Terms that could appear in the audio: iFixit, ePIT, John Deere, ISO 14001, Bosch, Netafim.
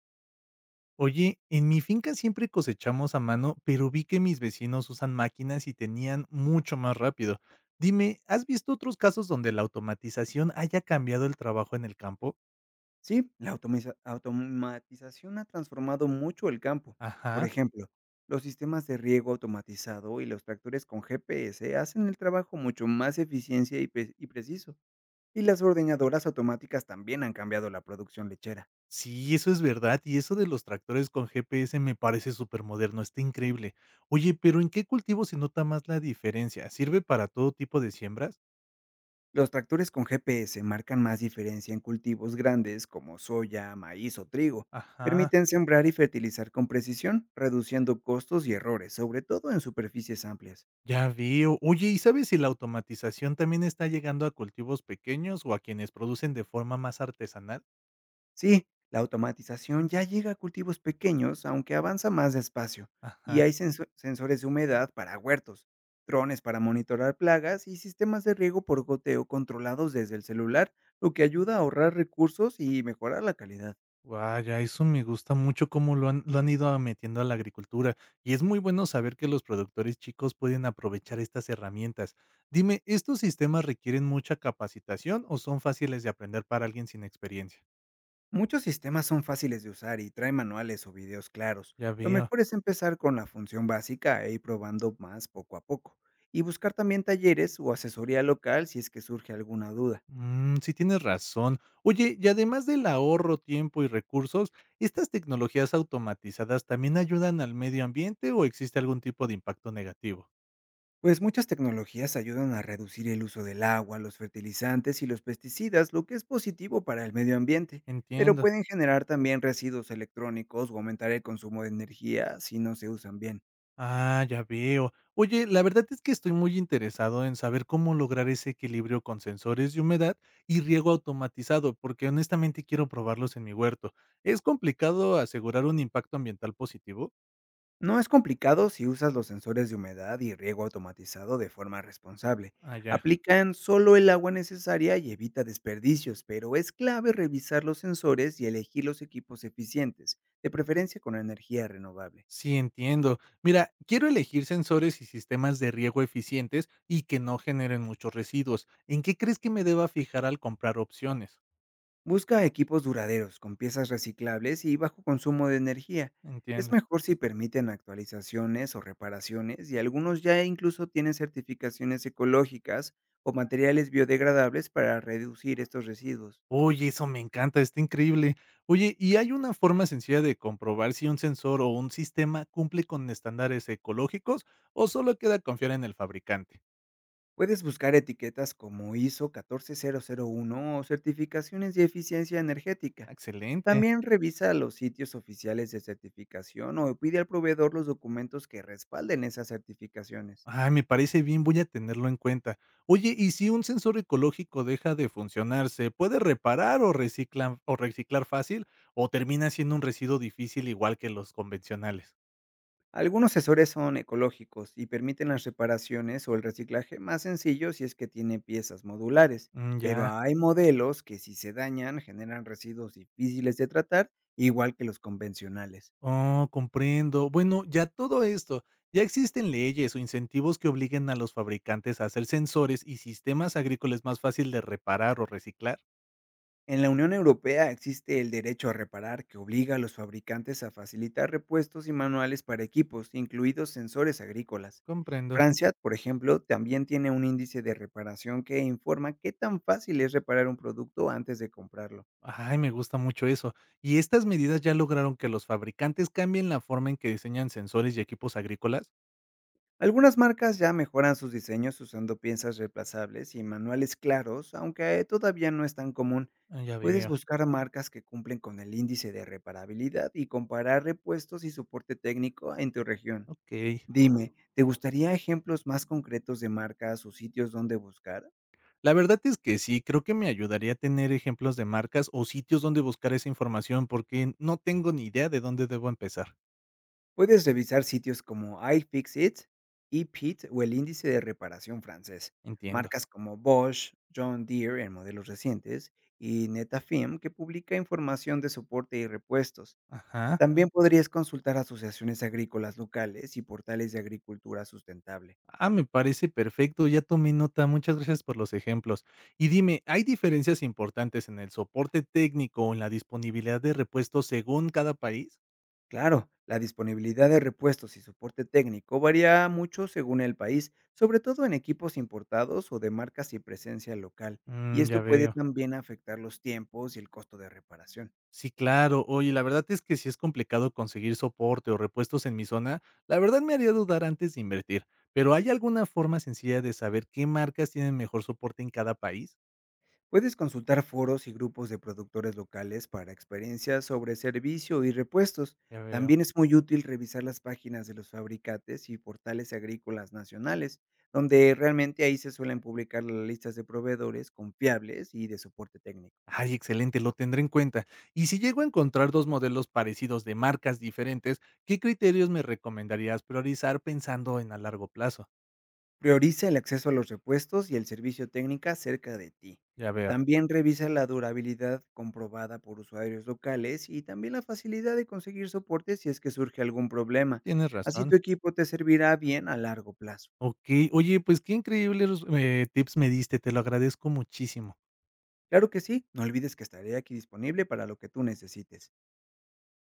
Oye, en mi finca siempre cosechamos a mano, pero vi que mis vecinos usan máquinas y tenían mucho más rápido. Dime, ¿has visto otros casos donde la automatización haya cambiado el trabajo en el campo? Sí, la automatización ha transformado mucho el campo. Por Ajá. ejemplo, los sistemas de riego automatizado y los tractores con GPS hacen el trabajo mucho más eficiencia y, preciso. Y las ordeñadoras automáticas también han cambiado la producción lechera. Sí, eso es verdad, y eso de los tractores con GPS me parece súper moderno, está increíble. Oye, pero ¿en qué cultivo se nota más la diferencia? ¿Sirve para todo tipo de siembras? Los tractores con GPS marcan más diferencia en cultivos grandes como soya, maíz o trigo. Ajá, Permiten sembrar y fertilizar con precisión, reduciendo costos y errores, sobre todo en superficies amplias. ya veo. Oye, ¿y sabes si la automatización también está llegando a cultivos pequeños o a quienes producen de forma más artesanal? Sí, la automatización ya llega a cultivos pequeños, aunque avanza más despacio, y Ajá. hay sensores de humedad para huertos, drones para monitorar plagas y sistemas de riego por goteo controlados desde el celular, lo que ayuda a ahorrar recursos y mejorar la calidad. Vaya, eso me gusta mucho cómo lo han metiendo a la agricultura, y es muy bueno saber que los productores chicos pueden aprovechar estas herramientas. Dime, ¿estos sistemas requieren mucha capacitación o son fáciles de aprender para alguien sin experiencia? Muchos sistemas son fáciles de usar y traen manuales o videos claros. Ya Lo veo. mejor es empezar con la función básica e ir probando más poco a poco, y buscar también talleres o asesoría local si es que surge alguna duda. Mm, sí tienes razón. Oye, y además del ahorro, tiempo y recursos, ¿estas tecnologías automatizadas también ayudan al medio ambiente o existe algún tipo de impacto negativo? Pues muchas tecnologías ayudan a reducir el uso del agua, los fertilizantes y los pesticidas, lo que es positivo para el medio ambiente, pero Entiendo. pueden generar también residuos electrónicos o aumentar el consumo de energía si no se usan bien. Ah, ya veo. Oye, la verdad es que estoy muy interesado en saber cómo lograr ese equilibrio con sensores de humedad y riego automatizado, porque honestamente quiero probarlos en mi huerto. ¿Es complicado asegurar un impacto ambiental positivo? No es complicado si usas los sensores de humedad y riego automatizado de forma responsable. Ah, ya. Aplican solo el agua necesaria y evita desperdicios, pero es clave revisar los sensores y elegir los equipos eficientes, de preferencia con energía renovable. Sí, entiendo. Mira, quiero elegir sensores y sistemas de riego eficientes y que no generen muchos residuos. ¿En qué crees que me deba fijar al comprar opciones? Busca equipos duraderos, con piezas reciclables y bajo consumo de energía. Es Entiendo. mejor si permiten actualizaciones o reparaciones, y algunos ya incluso tienen certificaciones ecológicas o materiales biodegradables para reducir estos residuos. Oye, eso me encanta, está increíble. Oye, ¿y hay una forma sencilla de comprobar si un sensor o un sistema cumple con estándares ecológicos o solo queda confiar en el fabricante? Puedes buscar etiquetas como ISO 14001 o certificaciones de eficiencia energética. Excelente. También revisa los sitios oficiales de certificación o pide al proveedor los documentos que respalden esas certificaciones. Ay, me parece bien, voy a tenerlo en cuenta. Oye, ¿y si un sensor ecológico deja de funcionar, se puede reparar o reciclar fácil o termina siendo un residuo difícil igual que los convencionales? Algunos sensores son ecológicos y permiten las reparaciones o el reciclaje más sencillo si es que tiene piezas modulares, Mm, pero ya. hay modelos que si se dañan generan residuos difíciles de tratar, igual que los convencionales. Oh, comprendo. Bueno, ya todo esto, ya existen leyes o incentivos que obliguen a los fabricantes a hacer sensores y sistemas agrícolas más fácil de reparar o reciclar. En la Unión Europea existe el derecho a reparar que obliga a los fabricantes a facilitar repuestos y manuales para equipos, incluidos sensores agrícolas. Comprendo. Francia, por ejemplo, también tiene un índice de reparación que informa qué tan fácil es reparar un producto antes de comprarlo. Ay, me gusta mucho eso. ¿Y estas medidas ya lograron que los fabricantes cambien la forma en que diseñan sensores y equipos agrícolas? Algunas marcas ya mejoran sus diseños usando piezas reemplazables y manuales claros, aunque todavía no es tan común. Ah, ya Puedes veo. buscar marcas que cumplen con el índice de reparabilidad y comparar repuestos y soporte técnico en tu región. Ok. Dime, ¿te gustaría ejemplos más concretos de marcas o sitios donde buscar? La verdad es que sí, creo que me ayudaría a tener ejemplos de marcas o sitios donde buscar esa información porque no tengo ni idea de dónde debo empezar. Puedes revisar sitios como iFixit, ePIT o el índice de reparación francés, Entiendo. marcas como Bosch, John Deere en modelos recientes y Netafim, que publica información de soporte y repuestos. Ajá. También podrías consultar asociaciones agrícolas locales y portales de agricultura sustentable. Ah, me parece perfecto, ya tomé nota, muchas gracias por los ejemplos. Y dime, ¿hay diferencias importantes en el soporte técnico o en la disponibilidad de repuestos según cada país? Claro, la disponibilidad de repuestos y soporte técnico varía mucho según el país, sobre todo en equipos importados o de marcas y presencia local, y Mm, ya esto puede veo. también afectar los tiempos y el costo de reparación. Sí, claro. Oye, la verdad es que si es complicado conseguir soporte o repuestos en mi zona, la verdad me haría dudar antes de invertir. Pero ¿hay alguna forma sencilla de saber qué marcas tienen mejor soporte en cada país? Puedes consultar foros y grupos de productores locales para experiencias sobre servicio y repuestos. Ya veo. También es muy útil revisar las páginas de los fabricantes y portales agrícolas nacionales, donde realmente ahí se suelen publicar las listas de proveedores confiables y de soporte técnico. Ay, excelente, lo tendré en cuenta. Y si llego a encontrar dos modelos parecidos de marcas diferentes, ¿qué criterios me recomendarías priorizar pensando en a largo plazo? Prioriza el acceso a los repuestos y el servicio técnica cerca de ti. Ya veo. También revisa la durabilidad comprobada por usuarios locales y también la facilidad de conseguir soporte si es que surge algún problema. Tienes Así razón. tu equipo te servirá bien a largo plazo. Ok, oye, pues qué increíbles tips me diste, te lo agradezco muchísimo. Claro que sí, no olvides que estaré aquí disponible para lo que tú necesites.